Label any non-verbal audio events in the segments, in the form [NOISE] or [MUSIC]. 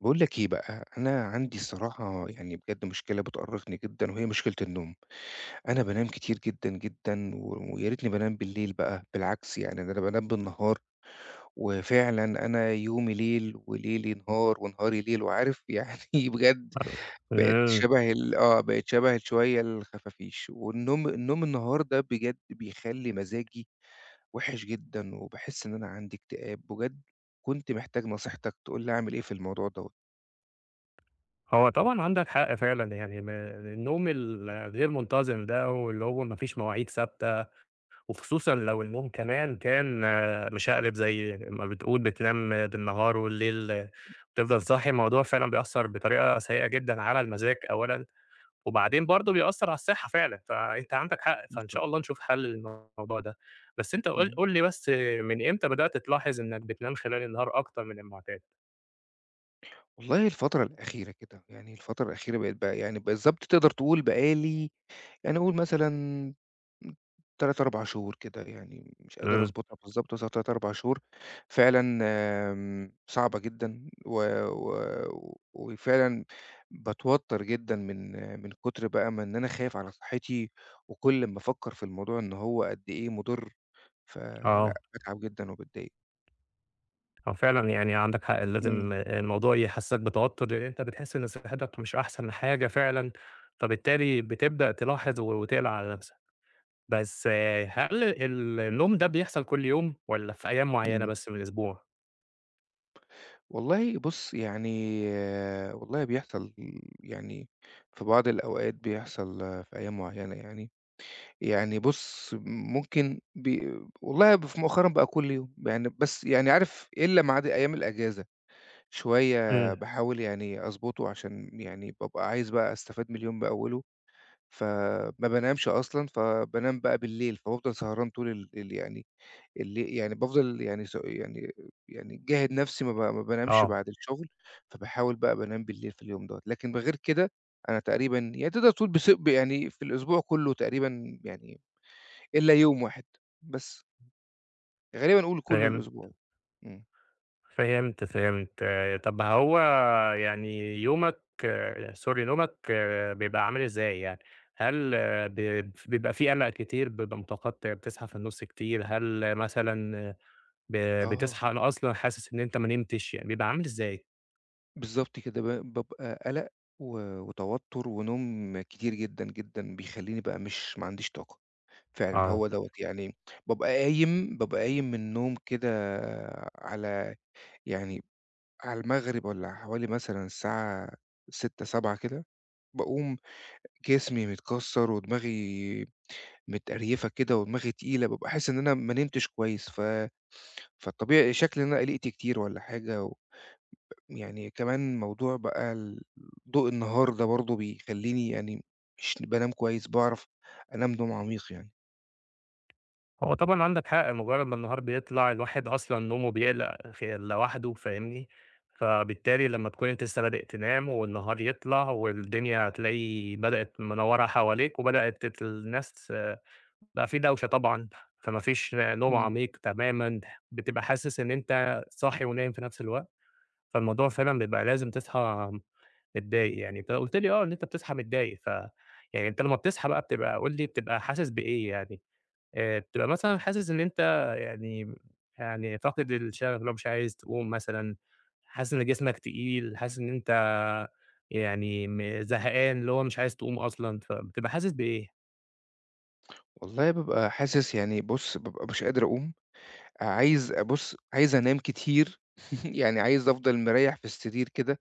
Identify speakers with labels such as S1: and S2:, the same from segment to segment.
S1: باقول لك إيه بقى، أنا عندي الصراحة يعني بجد مشكلة بتؤرقني جدًا وهي مشكلة النوم، أنا بانام كتير جدًا، جدًا و ويا ريتني بانام بالليل بقى، بالعكس يعني ده أنا بانام بالنهار، وفعلًا أنا يومي ليل وليلي نهار ونهاري ليل، وعارف يعني [LAUGHS] بجد
S2: إمم،
S1: بقيت شبه شوية الخفافيش، والنوم النوم النهار ده بجد بيخلّي مزاجي وِحِش جدًا، وباحس إن أنا عندي اكتئاب، بجد كنت محتاج نصيحتك تقول لي أعمل إيه في الموضوع دوّة.
S2: هو طبعًا عندك حق فعلًا يعني النوم الغير منتظم ده واللي هو ما فيش مواعيد ثابتة، وخصوصًا لو النوم كمان كان مشقلب زي ما بتقول بتنام بالنهار والليل تفضل صاحي. الموضوع فعلًا بيأثّر بطريقة سيئة جدًا على المزاج أولًا، وبعدين برضه بيأثّر على الصحة فعلًا، فأنت عندك حق، فإن
S1: بالضبط.
S2: شاء الله نشوف حل للموضوع ده. بس أنت قُل
S1: إمم.
S2: قُل لي بس من إمتى بدأت تلاحظ إنك بتنام خلال النهار أكتر من المعتاد؟
S1: والله الفترة الأخيرة كده، يعني الفترة الأخيرة بقيت بقى يعني بالضبط تقدر تقول بقى لي يعني قُل مثلًا م 3، 4 شهور كده يعني مش قادر
S2: إمم.
S1: أضبطها بالضبط بس هو 3، 4 شهور فعلًا. صعبة جدًا و و وفعلًا باتوتر جدًا من كتر بقى ما إن أنا خايف على صحتي، وكل أمّا أفكر في الموضوع إن هو قد إيه مُضِر، فلأ
S2: آه.
S1: باتعب جدًا وباتضايق.
S2: هو فعلًا يعني عندك حق،
S1: إمم،
S2: لازم الموضوع يحسسك بتوتر، لأن أنت بتحس إن صحتك مش أحسن حاجة فعلًا، فبالتالي بتبدأ تلاحظ وتقلق على نفسك. بس هل النوم ده بيحصل كل يوم والّا في أيام معينة
S1: إمم.
S2: بس من الأسبوع؟
S1: والله بُص، يعني والله بيحصل، يعني في بعض الأوقات بيحصل في أيام معيّنة يعني. يعني بُص، ممكن والله مؤخرًا بقى كل يوم، يعني بس يعني عارف إلا ما عدا أيام الأجازة، شوية
S2: إمم.
S1: باحاول يعني أضبطه عشان يعني بابقى عايز بقى أستفاد من اليوم بأوله، فما بانامش أصلًا، فبانام بقى بالليل، فبافضل سهران طول ال يعني اللي يعني بافضل يعني يعني يعني جاهد نفسي ما بانامش
S2: آه.
S1: بعد الشغل، فباحاول بقى بانام بالليل في اليوم دوّة، لكن غير كده أنا تقريبًا يعني تقدر تقول بس يعني في الأسبوع كلّه تقريبًا يعني إلا يوم واحد بس، غالبًا قُل كل
S2: فهمت،
S1: الأسبوع. إمم.
S2: فهمت، فهمت. آه، طب هو يعني يومك sorry نومك بيبقى عامل إزاي يعني؟ هل بيبقى في قلق كتير، بيبقى متقطع، بتصحى في النُص كتير، هل مثلًا ب
S1: آه،
S2: بتصحى؟ أنا أصلًا حاسس إن أنت ما نمتش، يعني بيبقى عامل إزاي؟
S1: بالضبط كده، بابقى قَلَق و وتوتُّر ونوم كتير جدًا، جدًا، بيخلّيني بقى مش ما عنديش طاقة، فعلًا
S2: آه.
S1: هو دوّة يعني بابقى قايم من النوم كده على يعني على المغرب والّا حوالي مثلًا الساعة 18:00، 19:00 كده، باقوم جسمي متكسّر ودماغي متقريفة كده ودماغي تقيلة، بابقى حاسس إن أنا ما نمتش كويس، ف فالطبيعي شكلي إن أنا قلقت كتير والّا حاجة. و يعني كمان موضوع بقى ضوء النهار ده برضه بيخلّيني يعني مش بانام كويس، باعرف أنام نوم عميق يعني.
S2: هو طبعًا عندك حق، مجرد ما النهار بيطلع الواحد أصلًا نومه بيقلق لوحده فاهمني، فبالتالي لمّا تكون أنت لسه بادئ تنام والنهار يطلع والدنيا هتلاقي بدأت منوّرة حواليك وبدأت الناس بقى في دوشة طبعًا، فما فيش نوم
S1: إمم.
S2: عميق تمامًا، بتبقى حاسس إن أنت صاحي ونايم في نفس الوقت، فالموضوع فعلًا بيبقى لازم تصحى متضايق يعني. أنت قُلت لي إن أنت بتصحى متضايق، يعني أنت لمّا بتصحى بقى بتبقى قُل لي بتبقى حاسس بإيه يعني؟ بتبقى مثلًا حاسس إن أنت يعني فاقد الشغف اللي هو مش عايز تقوم مثلًا، حاسس إن جسمك تقيل، حاسس إن أنت يعني زهقان اللي هو مش عايز تقوم أصلًا، فبتبقى حاسس بإيه؟
S1: والله بابقى حاسس يعني بُص، بابقى مش قادر أقوم. عايز بُص، عايز أنام كتير، [LAUGHS] يعني عايز أفضل مريّح في السرير كده،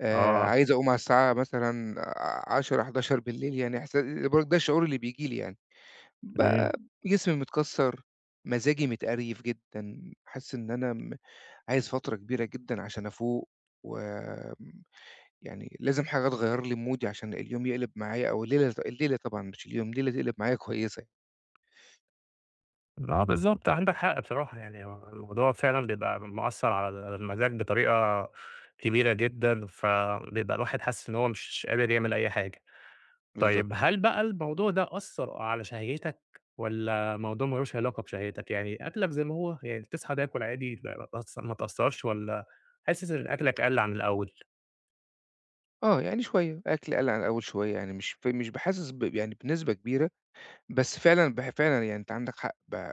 S2: آه.
S1: عايز أقوم على الساعة مثلًا 22:00، 23:00، يعني إحسا برضه ده الشعور اللي بييجي لي يعني. ب
S2: إمم.
S1: جسمي متكسّر، مزاجي متقريف جدًا، حاسس إن أنا عايز فترة كبيرة جدًا عشان أفوق، وآمم يعني لازم حاجة تغيّر لي مودي عشان اليوم يقلب معايا أو الليلة. الليلة طبعًا مش اليوم، الليلة تقلب معايا كويسة يعني.
S2: آه، بالضبط، عندك حق بصراحة يعني هو الموضوع فعلًا بيبقى مأثّر على المزاج بطريقة كبيرة جدًا، فبيبقى الواحد حاسس إن هو مش قادر يعمل أي حاجة.
S1: بالضبط.
S2: طيب هل بقى الموضوع ده أثّر على شهيتك والّا موضوع ما لوش علاقة بشهيتك؟ يعني أكلك زي ما هو، يعني بتصحى تاكل عادي ما ما تأثّرش والّا حاسس إن أكلك قَل عن الأول؟
S1: آه، يعني شوية، أكل قَل عن الأول شوية، يعني مش باحاسس يعني بنسبة كبيرة، بس فعلًا فعلًا يعني أنت عندك حق،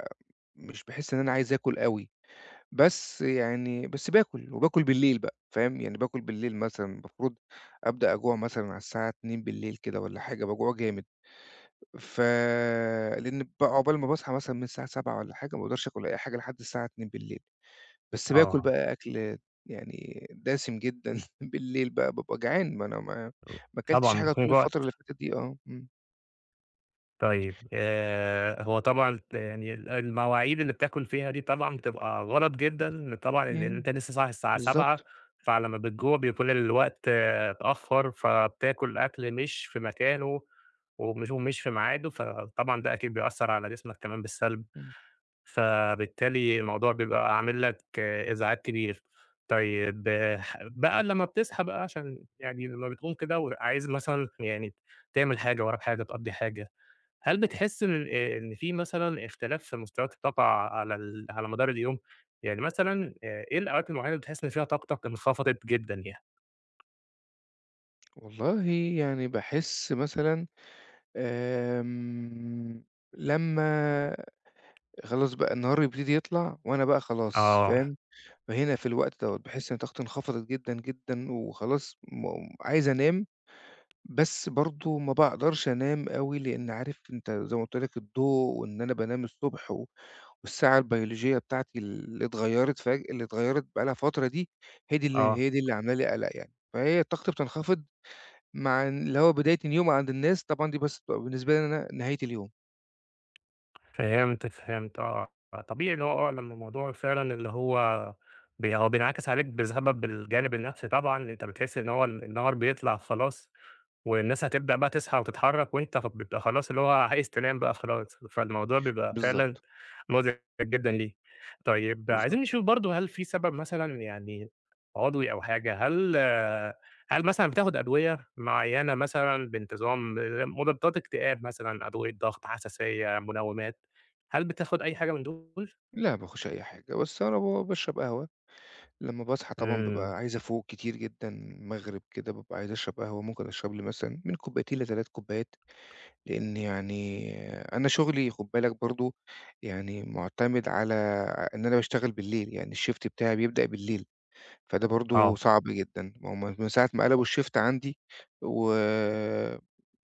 S1: مش باحس إن أنا عايز آكُل أوي، بس يعني بس باكُل وباكُل بالليل بقى، فاهم؟ يعني باكُل بالليل مثلًا المفروض أبدأ أجوع مثلًا على الساعة 02:00 كده والّا حاجة، باجوع جامد، ف لإن عقبال ما باصحى مثلًا من الساعة 07:00 والّا حاجة، ما باقدرش آكُل أي حاجة لحد الساعة 02:00. بس باكل
S2: آه.
S1: بقى أكل يعني دسم جدًا [LAUGHS] بالليل بقى، بابقى جعان، ما أنا ما أكلتش
S2: طبعًا
S1: حاجة
S2: بيكون
S1: طول الفترة اللي فاتت دي. إمم،
S2: طيب هو طبعًا يعني المواعيد اللي بتاكل فيها دي طبعًا بتبقى غلط جدًا طبعًا، لإن
S1: إمم،
S2: أنت لسه صاحي الساعة 07:00،
S1: بالضبط،
S2: فلمّا بتجوع بيكون الوقت اتأخر، فبتاكل أكل مش في مكانه ومش في ميعاده، فطبعًا ده أكيد بيأثّر على جسمك كمان بالسلب،
S1: إمم.
S2: فبالتالي الموضوع بيبقى عامل لك إزعاج كبير. طيب بقى لمّا بتصحى بقى عشان يعني لمّا بتقوم كده وعايز مثلًا يعني تعمل حاجة، وراك حاجة، تقضّي حاجة، هل بتحس إن إن في مثلًا اختلاف في مستويات الطاقة على على مدار اليوم؟ يعني مثلًا إيه الأوقات المعينة اللي بتحس إن فيها طاقتك انخفضت جدًا يعني؟
S1: والله يعني باحس مثلًا، آمم، لمّا خلاص بقى النهار يبتدي يطلع وأنا بقى خلاص
S2: آه،
S1: فاهم، فهنا في الوقت دوّة باحس إن طاقتي انخفضت جدًا، جدًا وخلاص عايز أنام، بس برضه ما باقدرش أنام أوي، لإن عارف أنت زي ما قُلت لك الضوء وإن أنا بانام الصبح و والساعة البيولوجية بتاعتي اللي اتغيّرت بقى لها فترة دي، هي دي اللي
S2: آه.
S1: هي دي اللي عاملة لي قَلَق يعني. فهي الطاقتي بتنخفض مع اللي هو بداية اليوم عند الناس، طبعًا دي بس بتبقى بالنسبة لي أنا نهاية اليوم.
S2: فهمت، فهمت. آه، آه. طبيعي اللي هو لمّا الموضوع فعلًا اللي هو هو بينعكس عليك بسبب الجانب النفسي طبعًا. أنت بتحس إن هو النهار بيطلع خلاص والناس هتبدأ بقى تصحى وتتحرك وأنت بتبقى خلاص اللي هو عايز تنام بقى خلاص، فالموضوع بيبقى فعلًا
S1: بالضبط،
S2: مُزعج جدًا ليه. طيب عايزين
S1: بالضبط.
S2: نشوف برضه هل في سبب مثلًا يعني عضوي أو حاجة، هل مثلًا بتاخد أدوية معيّنة مثلًا بانتظام، مضادات اكتئاب مثلًا، أدوية ضغط، حساسية، منومات، هل بتاخد أي حاجة من دول؟
S1: لا باخُش أي حاجة، بس أنا باشرب قهوة، لمّا باصحى طبعًا
S2: إمم.
S1: بابقى عايز أفوق كتير جدًا، المغرب كده بابقى عايز أشرب قهوة، ممكن أشرب لي مثلًا من كوبايتين ل3 كوبايات. لإن يعني أنا شغلي خُد بالك برضه، يعني مُعتمد على إن أنا باشتغل بالليل، يعني الShift بتاعي بيبدأ بالليل، فده برضه
S2: آه.
S1: صعب جدًا، ما هُم من ساعة ما قلبوا الShift عندي و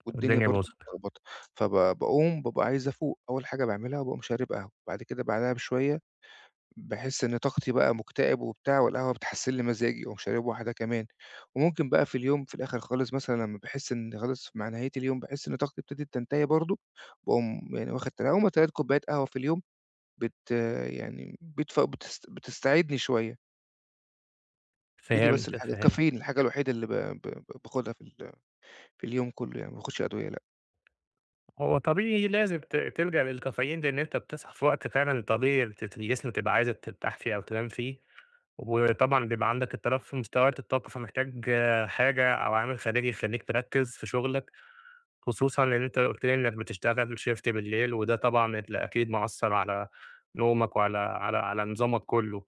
S1: والدنيا
S2: الدنيا
S1: برضه
S2: باظت.
S1: متلخبطة، فب باقوم بابقى عايز أفوق، أول حاجة باعملها باقوم شارب قهوة، بعد كده بعدها بشوية باحس إن طاقتي بقى مُكتئب وبتاع والقهوة بتحسِّن لي مزاجي، واقوم شارب واحدة كمان، وممكن بقى في اليوم في الآخر خالص مثلًا لمّا باحس إن خلاص مع نهاية اليوم باحس إن طاقتي ابتدت تنتهي برضه، باقوم يعني واخد هُم 3 كوبايات قهوة في اليوم، بت يعني بتف بتست بتستعيدني شوية، هي دي بس
S2: فهمت، فهمت.
S1: الكافيين الحاجة الوحيدة اللي ب ب باخدها في في اليوم كُلّه يعني، ما باخدش أدوية لأ.
S2: هو طبيعي لازم تلجأ للكافيين لإن أنت بتصحى في وقت فعلًا طبيعي الجسم بتبقى عايزة ترتاح فيه أو تنام فيه. وطبعًا بيبقى عندك اضطراب في مستويات الطاقة، فمحتاج حاجة أو عامل خارجي يخلّيك تركّز في شغلك، خصوصًا إن أنت قُلت لي إنك بتشتغل shift بالليل، وده طبعًا أكيد مأثّر على نومك وعلى على نظامك كلّه،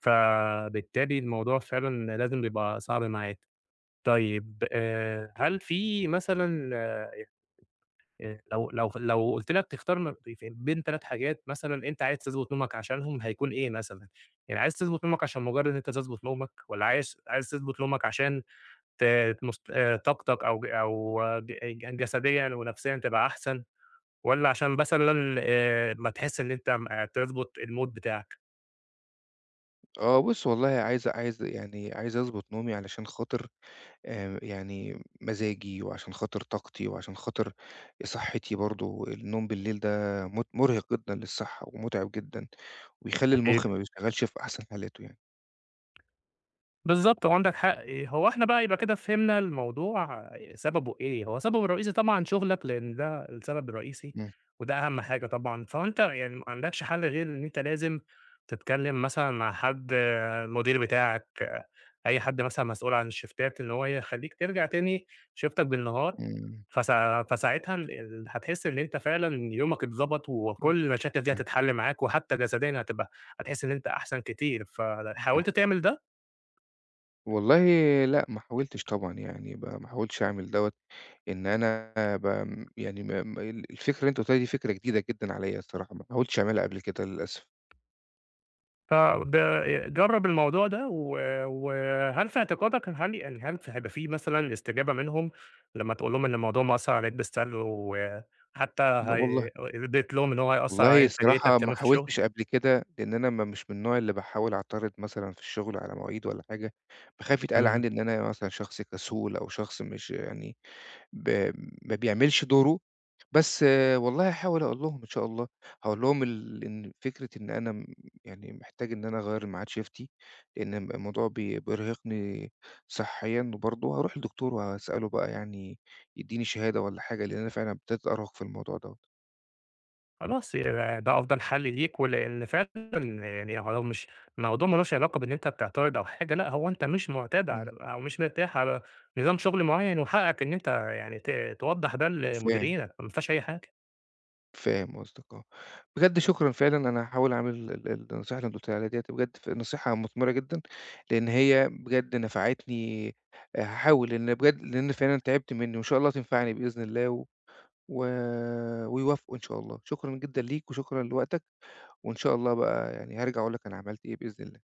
S2: فبالتالي الموضوع فعلًا لازم بيبقى صعب معاك. طيب هل في مثلًا لو قُلت لك تختار بين 3 حاجات مثلًا، أنت عايز تضبط نومك عشانهم هيكون إيه مثلًا؟ يعني عايز تضبط نومك عشان مجرد إن أنت تضبط نومك، والّا عايز تضبط نومك عشان ت تمس طاقتك أو ج يعني جسديًا ونفسيًا تبقى أحسن، والّا عشان مثلًا ما تحس إن أنت تضبط الmood بتاعك؟
S1: آه بُص، والله عايز أضبط نومي علشان خاطر يعني مزاجي وعشان خاطر طاقتي وعشان خاطر صحّتي برضه، النوم بالليل ده مُرهق جدًا للصحّة ومُتعب جدًا ويخلّي المُخ ما بيشتغلش في أحسن حالاته يعني.
S2: بالضبط، هو عندك حق. إيه، هو إحنا بقى يبقى كده فهمنا الموضوع سببه إيه، هو سببه الرئيسي طبعًا شغلك لإن ده السبب الرئيسي،
S1: إمم،
S2: وده أهم حاجة طبعًا، فأنت يعني ما عندكش حل غير إن أنت لازم تتكلم مثلًا مع حد المدير بتاعك، أي حد مثلًا مسؤول عن الشيفتات إن هو يخلّيك ترجع تاني شيفتك بالنهار،
S1: إمم،
S2: فساعتها ال ال هتحس إن أنت فعلًا يومك اتضبط
S1: إمم،
S2: وكل المشاكل دي
S1: إمم،
S2: هتتحل معاك، وحتى جسديًا هتحس إن أنت أحسن كتير.
S1: صح.
S2: فحاولت تعمل ده؟
S1: والله لأ، ما حاولتش طبعًا يعني ما حاولتش أعمل دوّة، إن أنا بم يعني ما ما ال الفكرة اللي أنت قُلتها لي دي فكرة جديدة جدًا عليّا الصراحة، ما حاولتش أعملها قبل كده للأسف.
S2: فب جرّب الموضوع ده وهل في اعتقادك هل يعني هل في هيبقى في مثلًا استجابة منهم لمّا تقول لهم إن الموضوع مأثّر عليك بالسلب، وحتى
S1: لا
S2: هي
S1: والله.
S2: ادّيت لهم إن هو هيأثّر على
S1: والله
S2: إنتاجيتك
S1: الصراحة ما
S2: كمان في الشغل؟
S1: حاولتش قبل كده، لإن أنا ما مش من النوع اللي باحاول أعترض مثلًا في الشغل على مواعيد والّا حاجة، باخاف يتقال
S2: إمم.
S1: عندي إن أنا مثلًا شخص كسول أو شخص مش يعني ب ما بيعملش دوره، بس والله هاحاول أقول لهم إن شاء الله، هاقول لهم إن فكرة إن أنا يعني محتاج إن أنا أغيّر ميعاد شيفتي، لإن الموضوع بيرهقني صحيًا، وبرضه هاروح للدكتور وهاسأله بقى يعني يدّيني شهادة والّا حاجة، لإن أنا فعلًا ابتديت أرهق في الموضوع دوّة.
S2: خلاص يبقى ده أفضل حل ليك، ولإن فعلًا يعني هو مش الموضوع ما لوش علاقة بإن أنت بتعترض أو حاجة، لأ هو أنت مش مُعتاد على
S1: إمم.
S2: أو مش مرتاح على نظام شغل معيّن، وحقّك إن أنت يعني توضّح ده
S1: فاهم.
S2: لمديرينك، ما فيهاش أي حاجة.
S1: فاهم قصدك آه. بجد شكرًا فعلًا، أنا هاحاول أعمل ال النصيحة اللي أنت قُلت لي عليها ديّة، بجد نصيحة مثمرة جدًا، لإن هي بجد نفعتني. هاحاول، لإن فعلًا تعبت منّي وإن شاء الله تنفعني بإذن الله و و ويوافقوا إن شاء الله. شكرًا جدًا ليك وشكرًا لوقتك، وإن شاء الله بقى يعني هارجع أقول لك أنا عملت إيه بإذن الله.